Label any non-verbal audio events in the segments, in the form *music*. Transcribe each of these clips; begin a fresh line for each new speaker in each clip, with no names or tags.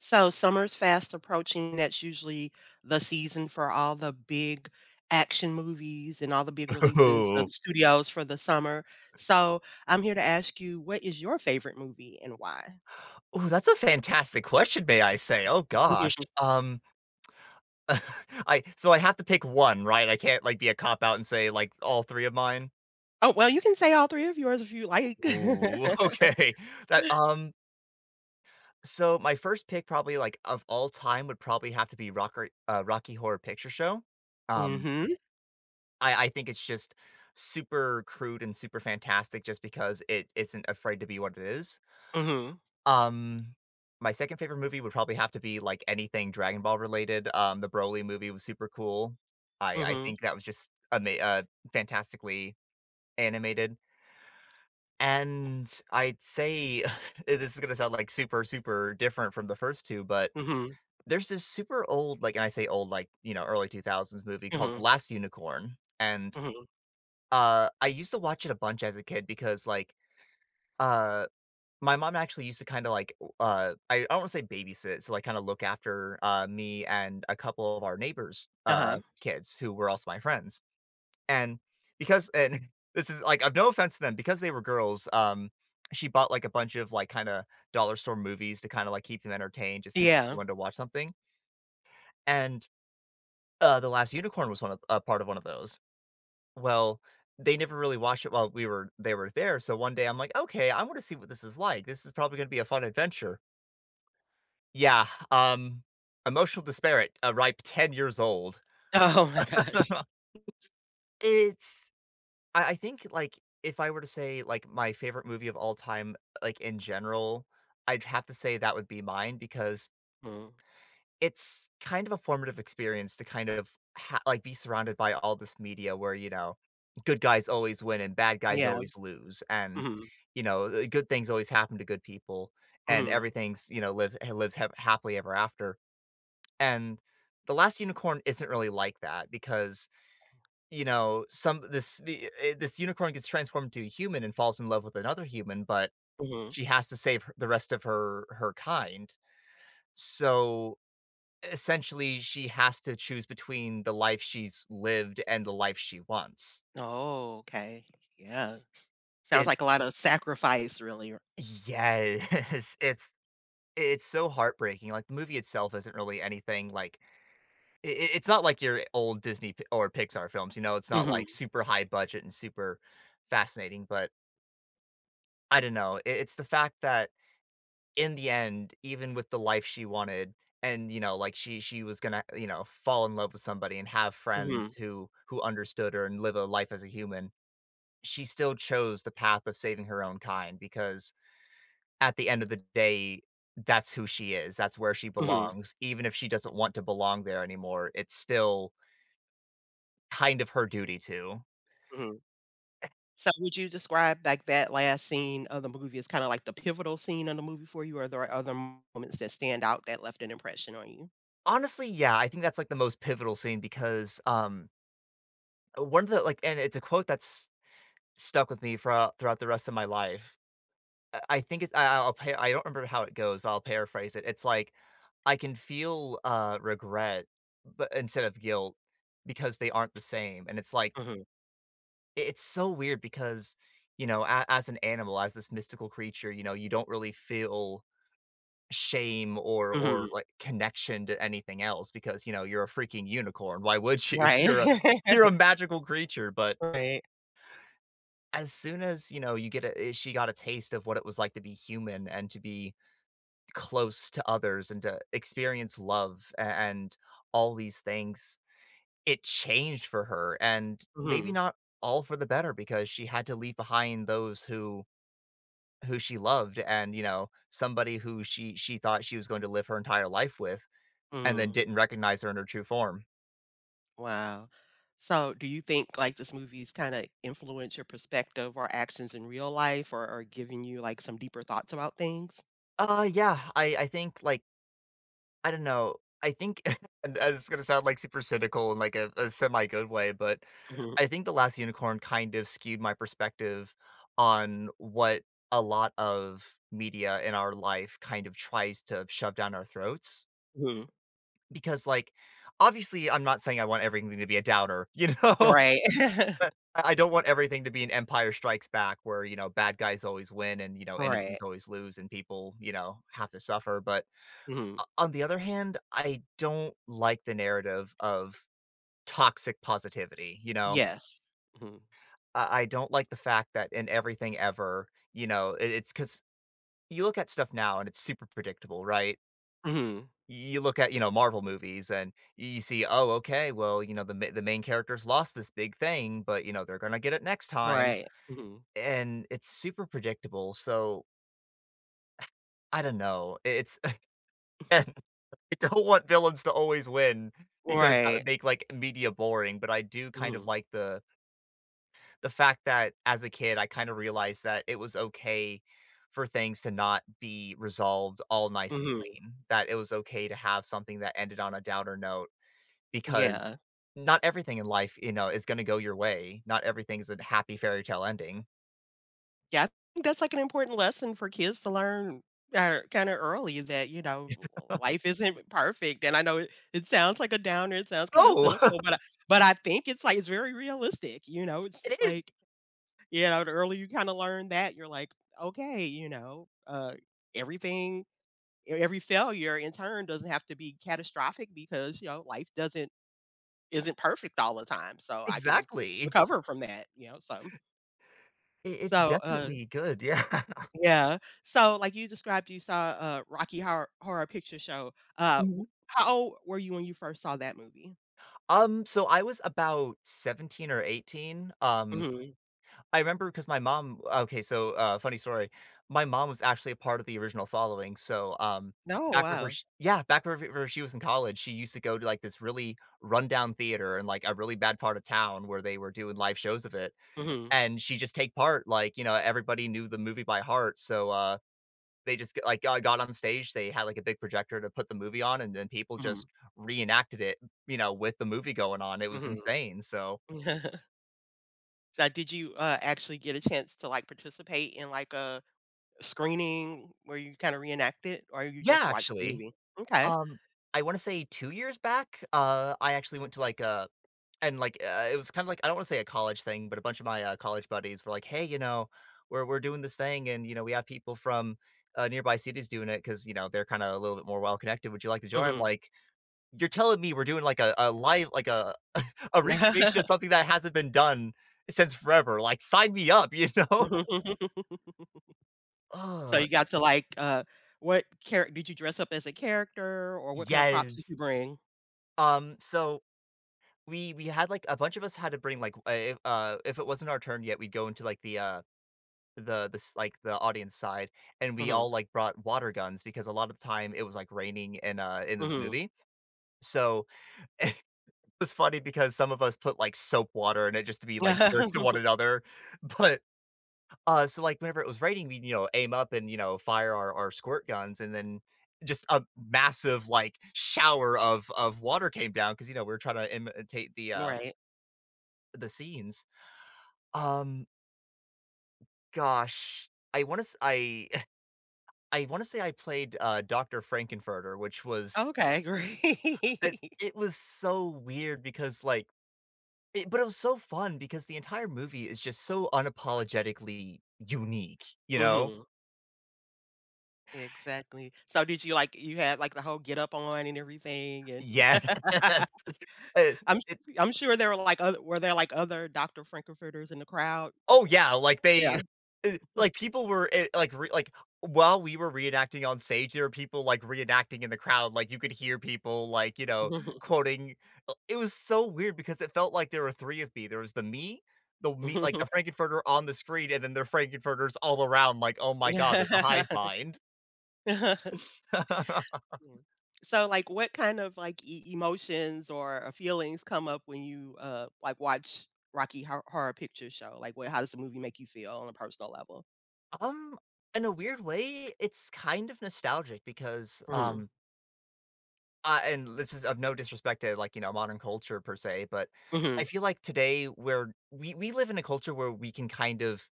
So summer's fast approaching. That's usually the season for all the big action movies and all the big releases of
Oh.
the studios for the summer. So I'm here to ask you, what is your favorite movie and why?
Ooh, that's a fantastic question, may I say. Oh gosh.
*laughs*
*laughs* I so I have to pick one, right? I can't like be a cop out and say like all three of mine?
Oh, well, you can say all three of yours if you like. *laughs*
Ooh, *laughs* okay. That so my first pick probably like of all time would probably have to be Rocker Rocky Horror Picture Show. Um,
Mhm.
I think it's just super crude and super fantastic just because it isn't afraid to be what it is.
Mhm.
Um, my second favorite movie would probably have to be, like, anything Dragon Ball related, the Broly movie was super cool. I
Mhm.
think that was just ama fantastically animated, and I'd say *laughs* this is gonna sound, like, super, super different from the first 2, but
Mhm.
there's this super old, like and I say old, like, you know, early 2000s movie called The
Mhm.
Last Unicorn, and,
Mhm.
I used to watch it a bunch as a kid because, uh my mom actually used to kinda, like, I won't say babysit, so, like, kinda look after, me and a couple of our neighbors',
Uh-huh.
kids who were also my friends, and because and *laughs* this is, like, I've no offense to them, because they were girls, she bought, like, a bunch of, like, kinda dollar store movies to kinda, like, keep them entertained just in case we
Yeah. *laughs*
wanted to watch something, and, The Last Unicorn was one of a part of one of those. Well, they never really watched it while we were they were there, so one day I'm like, "Okay, I wanna see what this is like. This is probably gonna be a fun adventure." Yeah, emotional despair at a ripe 10 years old.
Oh my gosh.
*laughs* It's I think, like, if I were to say, like, my favorite movie of all time, like, in general, I'd have to say that would be mine because
Mhm.
it's kind of a formative experience to kind of be surrounded by all this media where, you know, good guys always win and bad guys
Yeah.
always lose, and,
Mhm.
you know, good things always happen to good people, and
Mhm.
everything's, you know, live lives ha happily ever after. And The Last Unicorn isn't really like that because, you know, some this the eh, this unicorn gets transformed to a human and falls in love with another human, but
Mhm.
she has to save her the rest of her kind. So, essentially, she has to choose between the life she's lived and the life she wants.
Oh, okay.
S
Yeah. Sounds like a
It's
lot of sacrifice, really.
Yes, *laughs* it's so heartbreaking, like, the movie itself isn't really anything, like I it's not like your old Disney p or Pixar films, you know, it's not, like,
Mhm.
super high budget and super fascinating, but I don't know, I it's the fact that in the end, even with the life she wanted and, you know, like, she was gonna, you know, fall in love with somebody and have friends
Mhm.
who understood her and live a life as a human, she still chose the path of saving her own kind because at the end of the day, that's who she is, that's where she
Mhm.
belongs, even if she doesn't want to belong there anymore, it's still kind of her duty to.
Mhm. So would you describe, like, that last scene of the movie as kinda like the pivotal scene of the movie for you, or are there other moments that stand out that left an impression on you?
Honestly, yeah, I think that's, like, the most pivotal scene because, one of the like and it's a quote that's stuck with me for throughout the rest of my life. I don't remember how it goes, but I'll paraphrase it. It's like, "I can feel, regret, but instead of guilt, because they aren't the same," and it's like
Mhm.
I it's so weird because, you know, a as an animal, as this mystical creature, you know, you don't really feel shame or
Mhm.
like, connection to anything else because, you know, you're a freaking unicorn, why would you? *laughs*
Right.
You're a you're
*laughs*
a magical creature, but
Right.
as soon as, you know, you get a eh, she got a taste of what it was like to be human and to be close to others and to experience love a and all these things, it changed for her, and maybe
Mhm.
not all for the better because she had to leave behind those who she loved and, you know, somebody who she thought she was going to live her entire life with. And then
Mhm.
didn't recognize her in her true form.
Wow. So do you think, like, this movie's kinda influence your perspective or actions in real life, or giving you, like, some deeper thoughts about things?
Yeah, I think, like, I don't know, I think *laughs* and it's gonna sound, like, super cynical in, like, a semi good way, but
Mhm.
I think The Last Unicorn kind of skewed my perspective on what a lot of media in our life kind of tries to shove down our throats
Mhm.
because, like, obviously, I'm not saying I want everything to be a downer, *laughs* you know?
Right. *laughs*
I don't want everything to be an Empire Strikes Back where, you know, bad guys always win and, you know, innocents
Right.
always lose and people, you know, have to suffer. But
Mhm.
on the other hand, I don't like the narrative of toxic positivity, you know?
Yes. Mhm.
I don't like the fact that in everything ever, you know, it's because you look at stuff now and it's super predictable, right?
Mhm.
You look at, you know, Marvel movies and you see, oh, okay, well, you know, the main characters lost this big thing, but you know, they're gonna get it next time.
Right. Mhm.
And it's super predictable, so I don't know. It's *laughs* again,
*laughs*
I don't want villains to always win because that
Right.
would make, like, media boring, but I do kind of
Mhm.
like the fact that as a kid, I kinda realized that it was okay for things to not be resolved all nice and
Mhm.
clean, that it was okay to have something that ended on a downer note because
Yeah.
not everything in life, you know, is gonna go your way. Not everything is a happy fairy tale ending.
Yeah, I think that's, like, an important lesson for kids to learn, kinda early that, you know, life isn't perfect. And I know it sounds like a downer, it sounds kinda
Oh,
cynical, but I think it's, like, it's very realistic, you know? It's
*laughs* it
just
is,
like, you know, the earlier you kinda learn that, you're like, "Okay," you know, everything e every failure in turn doesn't have to be catastrophic because, you know, life doesn't isn't perfect all the time, so I can
exactly.
recover from that, you know. So
I it's
so,
definitely good, yeah. *laughs*
yeah. So, like you described, you saw, Rocky Horror Picture Show. W
Mhm.
How old were you when you first saw that movie?
So I was about 17 or 18,
Mhm.
I remember because my mom okay, so, funny story, my mom was actually a part of the original following, so,
No,
back whenever
wow.
sh yeah, back whenever she was in college, she used to go to, like, this really rundown theater in, like, a really bad part of town where they were doing live shows of it,
Mhm.
and she just take part, like, you know, everybody knew the movie by heart, so, they just get I got on stage, they had, like, a big projector to put the movie on, and then people
Mhm.
just reenacted it, you know, with the movie going on, it was
Mhm.
insane. So
*laughs* So, did you, actually get a chance to, like, participate in, like, a screening where you kinda reenact it, or you
yeah,
just watched the
actually,
movie? Okay.
um, I wanna say 2 years back, I actually went to, like, it was kinda like I don't wanna say a college thing, but a bunch of my, college buddies were like, "Hey, you know, we're doing this thing, and, you know, we have people from, nearby cities doing it because you know, they're kinda a little bit more well-connected, would you like to join?" I'm
Mhm.
like, "You're telling me we're doing, like, a live like, a recreation of something that hasn't been done since forever, like, sign me up, you know? *laughs*
*laughs* So
Ugh,
you got to like, what character did you dress up as a character, or what kind of props did
yes.
you bring?
So we had, like a bunch of us had to bring, like, a if it wasn't our turn yet, we'd go into, like, the, the audience side, and we all,
Mhm.
like, brought water guns because a lot of the time it was, like, raining in the
Mhm.
movie. So, *laughs* it was funny because some of us put, like, soap water in it just to be, like, jerks to one
*laughs*
another, *laughs* but so, like, whenever it was raining, we'd, you know, aim up and, you know, fire our squirt guns, and then just a massive, like, shower of water came down because you know, we were trying to imitate
Right.
the scenes. Um, gosh, I wanna s I *laughs* I wanna say I played, Doctor Frankenfurter, which was
Okay,
it
great. *laughs*
it was so weird because, like it was so fun because the entire movie is just so unapologetically unique, you know?
Mhm, exactly. So did you like you had like the whole get-up on and everything, and *laughs*
Yes. *laughs* It
I'm
it
I'm sure there were like oth were there like other Dr. Frankenfurters in the crowd?
Oh, yeah, like, they
Yeah.
*laughs* people were, while we were reenacting on stage, there were people, like, reenacting in the crowd, like, you could hear people, like, you know,
*laughs*
quoting. It was so weird because it felt like there were 3 of me. There was the me, the
*laughs*
Frankenfurter on the screen, and then there are Frankenfurters all around, like, "Oh my god, there's a hive
*laughs*
mind."
Mhm.
*laughs*
Mm. So, like, what kind of, like, e emotions or, feelings come up when you, like, watch Rocky Horror Picture Show? Like, what how does the movie make you feel on a personal level?
Um, in a weird way, it's kind of nostalgic because,
Mhm.
um Uh, and this is of no disrespect to, like, you know, modern culture per se, but I
Mhm.
feel like today, where we live in a culture where we can kind of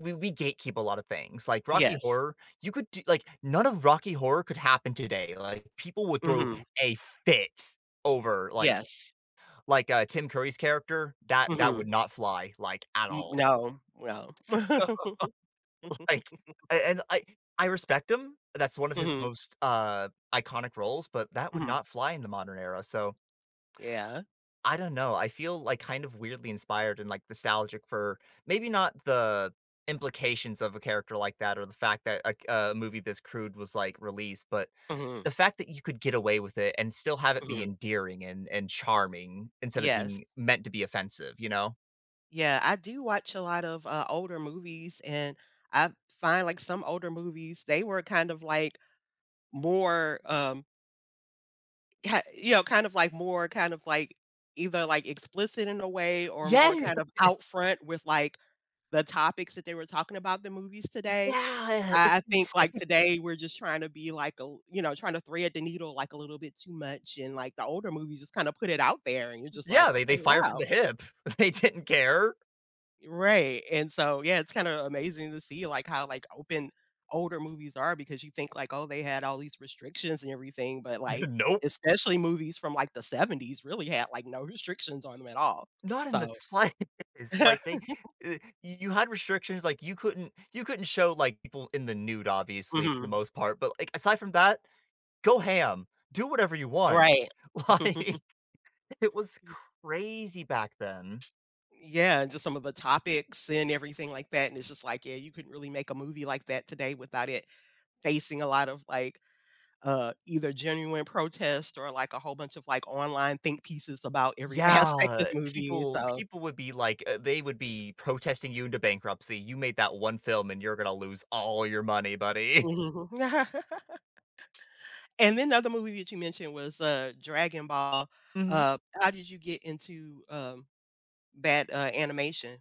we gatekeep a lot of things. Like Rocky
Yes.
Horror, you could do, like, none of Rocky Horror could happen today. Like, people would throw
Mhm.
a fit over
Yes.
Tim Curry's character, that would
Mhm.
not fly, like, at
Mm,
all.
no. No.
*laughs*
*laughs*
like a- and I respect him. That's one of his
Mhm.
most iconic roles, but that would
Mhm.
not fly in the modern era. So
Yeah.
I don't know, I feel, like, kind of weirdly inspired and, like, nostalgic for maybe not the implications of a character like that, or the fact that, like, a movie this crude was, like, released, but
Mhm.
the fact that you could get away with it and still have it be
Mhm.
endearing and charming instead of
Yes.
being meant to be offensive, you know?
Yeah, I do watch a lot of, older movies, and I find, like, some older movies, they were kind of, like, more, Ha you know, kind of like more kind of like either, like, explicit in a way or
Yeah,
more kind of out front with, like, the topics that they were talking about the movies today.
yeah, it's
I think, like,
insane.
today we're just trying to be like a you know, trying to thread the needle, like, a little bit too much, and, like, the older movies just kinda put it out there, and you're just
Yeah,
like,
they
"Okay,
they fire from
wow."
the hip. *laughs* They didn't care.
Right, and so, yeah, it's kinda amazing to see, like, how, like, open older movies are because you think, like, "Oh, they had all these restrictions and everything," but,
*laughs*
like,
Nope.
especially movies from, like, the '70s really had, like, no restrictions on them at all.
Not in the *laughs*
So
slightest, like, they
*laughs*
uh, you had restrictions, like, you couldn't show, like, people in the nude, obviously, for the
Mhm.
most part, but, like, aside from that, go ham, do whatever you want.
Right.
*laughs* Like,
*laughs*
it was
Y
crazy back then.
Yeah, and just some of the topics and everything like that, and it's just like, yeah, you couldn't really make a movie like that today without it facing a lot of, like, either genuine protest or, like, a whole bunch of, like, online think pieces about every *laughs* aspect of
Yeah,
the movie,
people
so
people would be like, they would be protesting you into bankruptcy, "You made that one film, and you're gonna lose all your money, buddy." *laughs*
mhm. *laughs* And then the other movie that you mentioned was, Dragon Ball.
Mhm.
How did you get into, that, animation?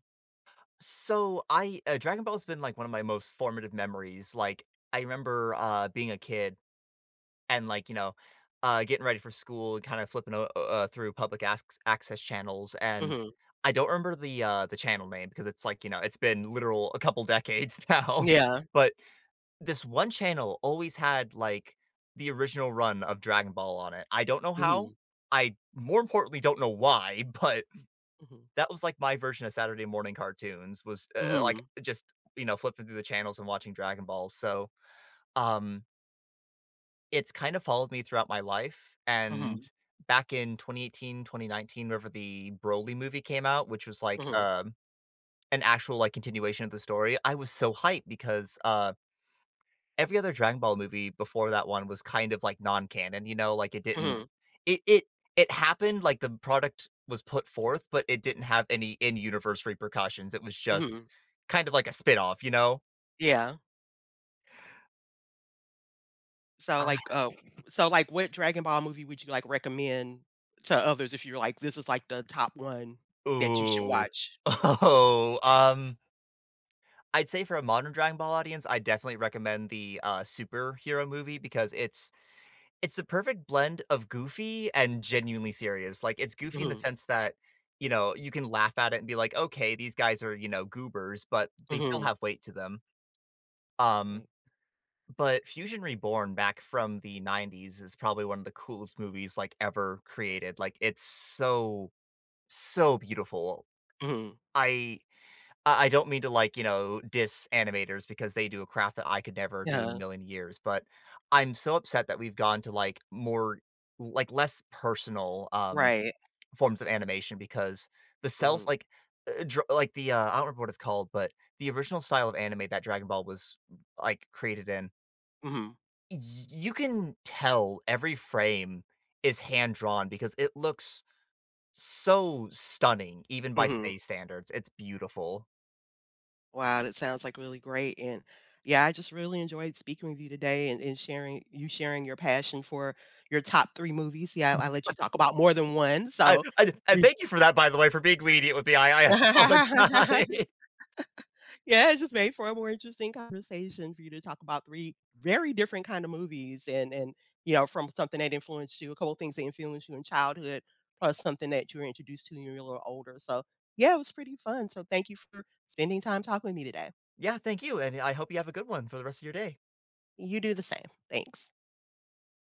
So, I Dragon Ball's been, like, one of my most formative memories, like, I remember, being a kid and, like, you know, getting ready for school, kind of flipping through public access channels, and
Mhm.
I don't remember the channel name because it's, like, you know, it's been literal a couple decades *laughs* now,
Yeah.
but this one channel always had, like, the original run of Dragon Ball on it. I don't know how.
Mhm.
I more importantly don't know why, *laughs* but
Mhm.
that was, like, my version of Saturday morning cartoons, was like,
Mhm.
just, you know, flipping through the channels and watching Dragon Balls. So um it's kind of followed me throughout my life, and
Mhm.
back in 2018, 2019, whenever the Broly movie came out, which was, like,
Mhm.
an actual, like, continuation of the story, I was so hyped because, every other Dragon Ball movie before that one was kind of, like, non-canon, you know, like, it didn't
Mhm.
it it it happened, like, the product was put forth, but it didn't have any in-universe repercussions, it was just
Mhm.
kind of like a off, you know?
Yeah. So,
Ah,
like, uh so, like, what Dragon Ball movie would you, like, recommend to others if you're like, "This is, like, the top one that you should
ooh.
watch?"
*laughs* Oh, I'd say for a modern Dragon Ball audience, I definitely recommend the, superhero movie because it's the perfect blend of goofy and genuinely serious. Like, it's goofy in the
Mhm.
sense that, you know, you can laugh at it and be like, "Okay, these guys are, you know, goobers," but they still
Mhm.
have weight to them. Um, but Fusion Reborn back from the '90s is probably one of the coolest movies, like, ever created. Like, it's so, so beautiful.
Mhm.
I I don't mean to, like, you know, diss animators because they do a craft that I could never do in a
Yeah,
million years, but I'm so upset that we've gone to, like, less personal,
right.
forms of animation because the cells,
Mhm.
the, I don't remember what it's called, but the original style of anime that Dragon Ball was, like, created in,
Mhm.
y you can tell every frame is hand-drawn because it looks so stunning even by
Mhm.
today's standards, it's beautiful.
Wow, that sounds, like, really great, and, yeah, I just really enjoyed speaking with you today and sharing your passion for your top 3 movies. Yeah, I let you talk about more than one,
I
so
I I
we
thank you for that, by the way, for being lenient with me. I apologize.
*laughs*
*laughs*
Yeah, it's just made for a more interesting conversation for you to talk about 3 very different kind of movies and you know, from something that influenced you, a couple things that influenced you in childhood, plus something that you were introduced to when you were a little older, so, yeah, it was pretty fun, so thank you for spending time talking with me today.
Yeah, thank you, and I hope you have a good one for the rest of your day.
You do the same. Thanks.